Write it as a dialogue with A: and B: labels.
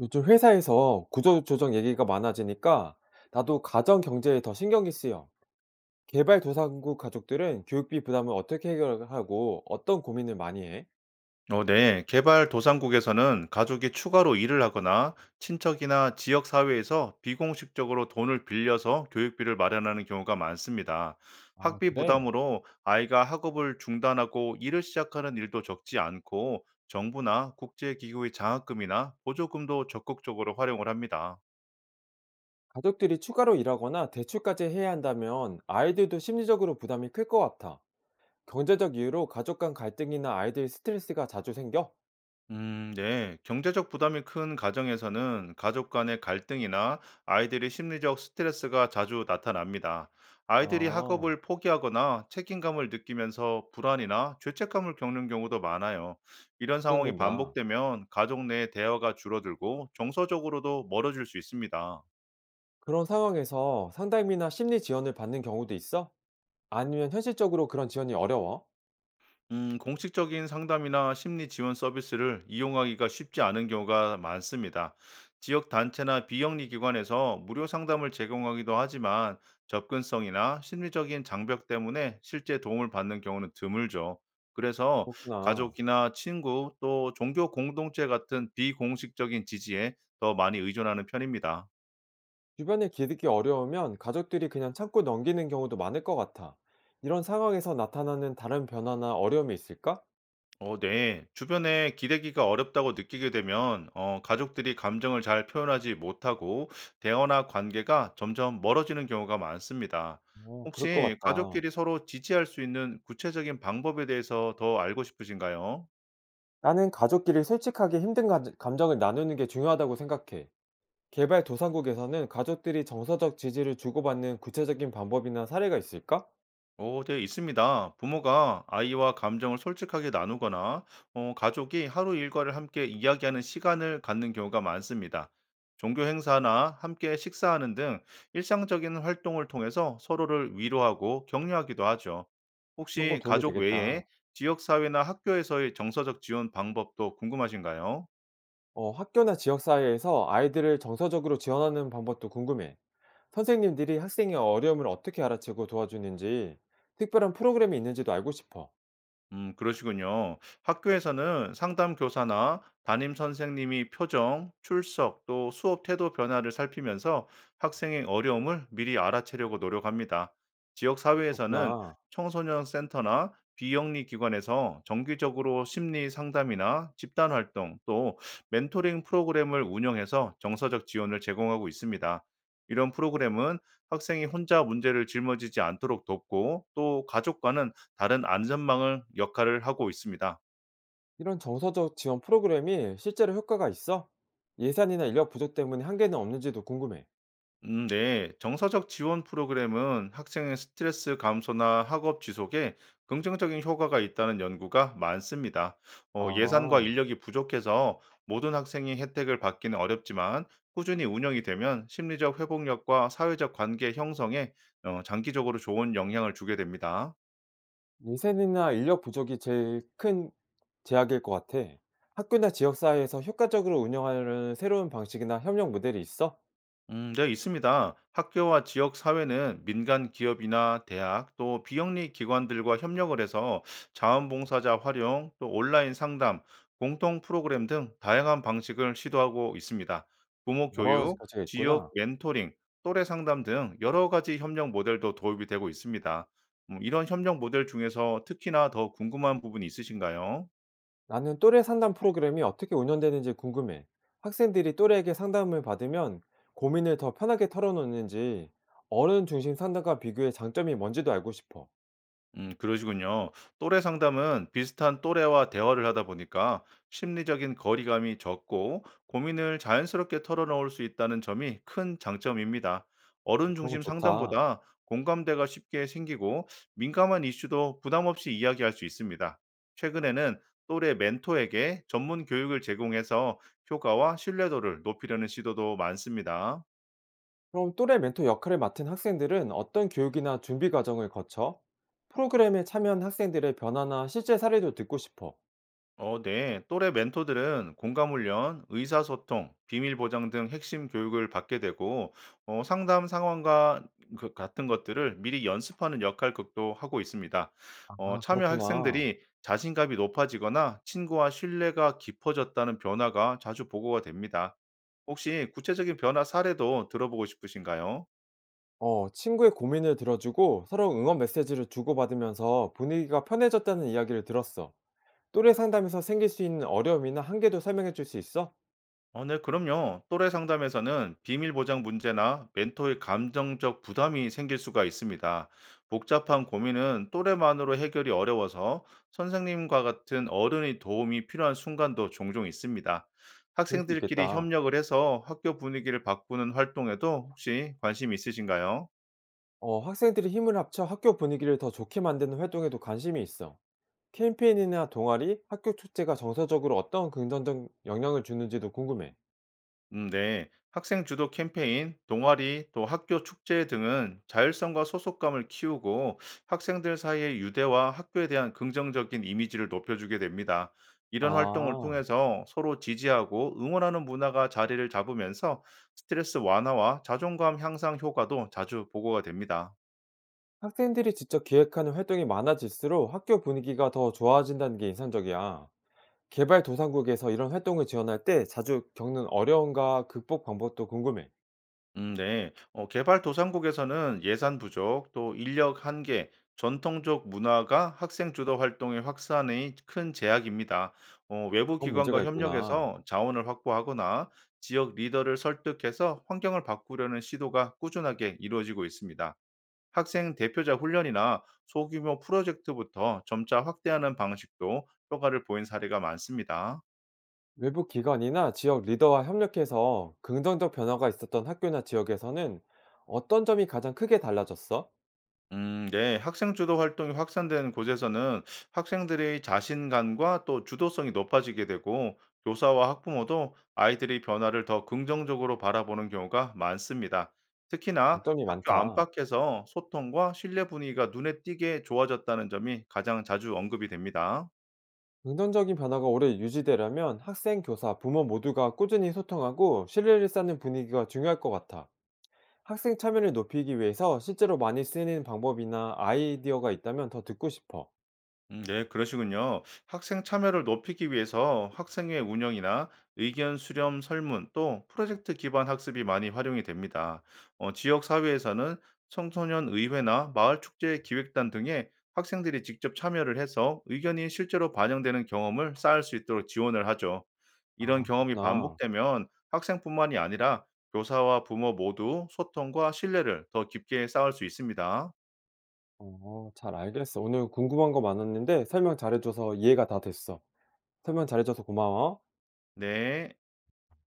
A: 요즘 회사에서 구조조정 얘기가 많아지니까 나도 가정 경제에 더 신경이 쓰여. 개발도상국 가족들은 교육비 부담을 어떻게 해결하고 어떤 고민을 많이 해?
B: 네. 개발도상국에서는 가족이 추가로 일을 하거나 친척이나 지역사회에서 비공식적으로 돈을 빌려서 교육비를 마련하는 경우가 많습니다.
A: 아,
B: 학비
A: 그래?
B: 부담으로 아이가 학업을 중단하고 일을 시작하는 일도 적지 않고 정부나 국제기구의 장학금이나 보조금도 적극적으로 활용을 합니다.
A: 가족들이 추가로 일하거나 대출까지 해야 한다면 아이들도 심리적으로 부담이 클 것 같아. 경제적 이유로 가족 간 갈등이나 아이들 스트레스가 자주 생겨?
B: 네. 경제적 부담이 큰 가정에서는 가족 간의 갈등이나 아이들의 심리적 스트레스가 자주 나타납니다. 아이들이
A: 아,
B: 학업을 포기하거나 책임감을 느끼면서 불안이나 죄책감을 겪는 경우도 많아요. 이런 상황이
A: 걱정된다.
B: 반복되면 가족 내 대화가 줄어들고 정서적으로도 멀어질 수 있습니다.
A: 그런 상황에서 상담이나 심리 지원을 받는 경우도 있어? 아니면 현실적으로 그런 지원이 어려워?
B: 공식적인 상담이나 심리 지원 서비스를 이용하기가 쉽지 않은 경우가 많습니다. 지역 단체나 비영리 기관에서 무료 상담을 제공하기도 하지만 접근성이나 심리적인 장벽 때문에 실제 도움을 받는 경우는 드물죠. 그래서
A: 그렇구나.
B: 가족이나 친구 또 종교 공동체 같은 비공식적인 지지에 더 많이 의존하는 편입니다.
A: 주변에 기르기 어려우면 가족들이 그냥 참고 넘기는 경우도 많을 것 같아. 이런 상황에서 나타나는 다른 변화나 어려움이 있을까?
B: 네. 주변에 기대기가 어렵다고 느끼게 되면, 가족들이 감정을 잘 표현하지 못하고, 대화나 관계가 점점 멀어지는 경우가 많습니다.
A: 어, 그럴 것
B: 혹시
A: 같다.
B: 가족끼리 서로 지지할 수 있는 구체적인 방법에 대해서 더 알고 싶으신가요?
A: 나는 가족끼리 솔직하게 힘든 감정을 나누는 게 중요하다고 생각해. 개발도상국에서는 가족들이 정서적 지지를 주고받는 구체적인 방법이나 사례가 있을까?
B: 어, 네, 있습니다. 부모가 아이와 감정을 솔직하게 나누거나, 가족이 하루 일과를 함께 이야기하는 시간을 갖는 경우가 많습니다. 종교 행사나 함께 식사하는 등 일상적인 활동을 통해서 서로를 위로하고 격려하기도 하죠.
A: 그런 거
B: 혹시
A: 도움이
B: 가족 외에
A: 되겠다.
B: 지역사회나 학교에서의 정서적 지원 방법도 궁금하신가요?
A: 어, 학교나 지역사회에서 아이들을 정서적으로 지원하는 방법도 궁금해. 선생님들이 학생의 어려움을 어떻게 알아채고 도와주는지, 특별한 프로그램이 있는지도 알고 싶어.
B: 그러시군요. 학교에서는 상담 교사나 담임 선생님이 표정, 출석, 또 수업 태도 변화를 살피면서 학생의 어려움을 미리 알아채려고 노력합니다. 지역 사회에서는
A: 그렇구나.
B: 청소년 센터나 비영리 기관에서 정기적으로 심리 상담이나 집단 활동, 또 멘토링 프로그램을 운영해서 정서적 지원을 제공하고 있습니다. 이런 프로그램은 학생이 혼자 문제를 짊어지지 않도록 돕고 또 가족과는 다른 안전망을 역할을 하고 있습니다.
A: 이런 정서적 지원 프로그램이 실제로 효과가 있어? 예산이나 인력 부족 때문에 한계는 없는지도 궁금해.
B: 네. 정서적 지원 프로그램은 학생의 스트레스 감소나 학업 지속에 긍정적인 효과가 있다는 연구가 많습니다. 예산과
A: 아,
B: 인력이 부족해서 모든 학생이 혜택을 받기는 어렵지만 꾸준히 운영이 되면 심리적 회복력과 사회적 관계 형성에 장기적으로 좋은 영향을 주게 됩니다.
A: 예산이나 인력 부족이 제일 큰 제약일 것 같아. 학교나 지역사회에서 효과적으로 운영하는 새로운 방식이나 협력 모델이 있어?
B: 네, 있습니다. 학교와 지역 사회는 민간 기업이나 대학 또 비영리 기관들과 협력을 해서 자원봉사자 활용 또 온라인 상담, 공통 프로그램 등 다양한 방식을 시도하고 있습니다. 부모
A: 여러
B: 교육,
A: 가지가
B: 지역
A: 있구나.
B: 멘토링, 또래 상담 등 여러 가지 협력 모델도 도입이 되고 있습니다. 이런 협력 모델 중에서 특히나 더 궁금한 부분이 있으신가요?
A: 나는 또래 상담 프로그램이 어떻게 운영되는지 궁금해. 학생들이 또래에게 상담을 받으면 고민을 더 편하게 털어놓는지, 어른 중심 상담과 비교해 장점이 뭔지도 알고 싶어.
B: 그러시군요. 또래 상담은 비슷한 또래와 대화를 하다 보니까 심리적인 거리감이 적고 고민을 자연스럽게 털어놓을 수 있다는 점이 큰 장점입니다. 어른
A: 그런 거
B: 중심
A: 좋다.
B: 상담보다 공감대가 쉽게 생기고 민감한 이슈도 부담 없이 이야기할 수 있습니다. 최근에는 또래 멘토에게 전문 교육을 제공해서 효과와 신뢰도를 높이려는 시도도 많습니다.
A: 그럼 또래 멘토 역할을 맡은 학생들은 어떤 교육이나 준비 과정을 거쳐 프로그램에 참여한 학생들의 변화나 실제 사례도 듣고 싶어.
B: 어, 네. 또래 멘토들은 공감 훈련, 의사소통, 비밀 보장 등 핵심 교육을 받게 되고 상담 상황과 그 같은 것들을 미리 연습하는 역할극도 하고 있습니다.
A: 아,
B: 참여
A: 그렇구나.
B: 학생들이 자신감이 높아지거나 친구와 신뢰가 깊어졌다는 변화가 자주 보고가 됩니다. 혹시 구체적인 변화 사례도 들어보고 싶으신가요?
A: 어, 친구의 고민을 들어주고 서로 응원 메시지를 주고받으면서 분위기가 편해졌다는 이야기를 들었어. 또래 상담에서 생길 수 있는 어려움이나 한계도 설명해 줄 수 있어?
B: 어, 네, 그럼요. 또래 상담에서는 비밀 보장 문제나 멘토의 감정적 부담이 생길 수가 있습니다. 복잡한 고민은 또래만으로 해결이 어려워서 선생님과 같은 어른의 도움이 필요한 순간도 종종 있습니다.
A: 그럴 수
B: 학생들끼리
A: 있겠다.
B: 협력을 해서 학교 분위기를 바꾸는 활동에도 혹시 관심 있으신가요?
A: 어, 학생들이 힘을 합쳐 학교 분위기를 더 좋게 만드는 활동에도 관심이 있어. 캠페인이나 동아리, 학교 축제가 정서적으로 어떤 긍정적 영향을 주는지도 궁금해.
B: 네. 학생 주도 캠페인, 동아리, 또 학교 축제 등은 자율성과 소속감을 키우고 학생들 사이의 유대와 학교에 대한 긍정적인 이미지를 높여주게 됩니다. 이런 활동을
A: 아.
B: 통해서 서로 지지하고 응원하는 문화가 자리를 잡으면서 스트레스 완화와 자존감 향상 효과도 자주 보고가 됩니다.
A: 학생들이 직접 기획하는 활동이 많아질수록 학교 분위기가 더 좋아진다는 게 인상적이야. 개발도상국에서 이런 활동을 지원할 때 자주 겪는 어려움과 극복 방법도 궁금해.
B: 네. 개발도상국에서는 예산 부족, 또 인력 한계, 전통적 문화가 학생 주도 활동의 확산에 큰 제약입니다. 외부
A: 그런
B: 기관과
A: 문제가 있구나.
B: 협력해서 자원을 확보하거나 지역 리더를 설득해서 환경을 바꾸려는 시도가 꾸준하게 이루어지고 있습니다. 학생 대표자 훈련이나 소규모 프로젝트부터 점차 확대하는 방식도 효과를 보인 사례가 많습니다.
A: 외부 기관이나 지역 리더와 협력해서 긍정적 변화가 있었던 학교나 지역에서는 어떤 점이 가장 크게 달라졌어?
B: 네. 학생 주도 활동이 확산된 곳에서는 학생들의 자신감과 또 주도성이 높아지게 되고 교사와 학부모도 아이들의 변화를 더 긍정적으로 바라보는 경우가 많습니다. 특히나
A: 장점이
B: 학교
A: 많다.
B: 안팎에서 소통과 신뢰 분위기가 눈에 띄게 좋아졌다는 점이 가장 자주 언급이 됩니다.
A: 긍정적인 변화가 오래 유지되려면 학생, 교사, 부모 모두가 꾸준히 소통하고 신뢰를 쌓는 분위기가 중요할 것 같아. 학생 참여를 높이기 위해서 실제로 많이 쓰는 방법이나 아이디어가 있다면 더 듣고 싶어.
B: 네, 그러시군요. 학생 참여를 높이기 위해서 학생회 운영이나 의견 수렴 설문 또 프로젝트 기반 학습이 많이 활용이 됩니다. 지역 사회에서는 청소년 의회나 마을 축제 기획단 등에 학생들이 직접 참여를 해서 의견이 실제로 반영되는 경험을 쌓을 수 있도록 지원을 하죠.
A: 아,
B: 이런 경험이
A: 그렇구나.
B: 반복되면 학생뿐만이 아니라 교사와 부모 모두 소통과 신뢰를 더 깊게 쌓을 수 있습니다.
A: 어, 잘 알겠어. 오늘 궁금한 거 많았는데 설명 잘해줘서 이해가 다 됐어. 설명 잘해줘서 고마워.
B: 네.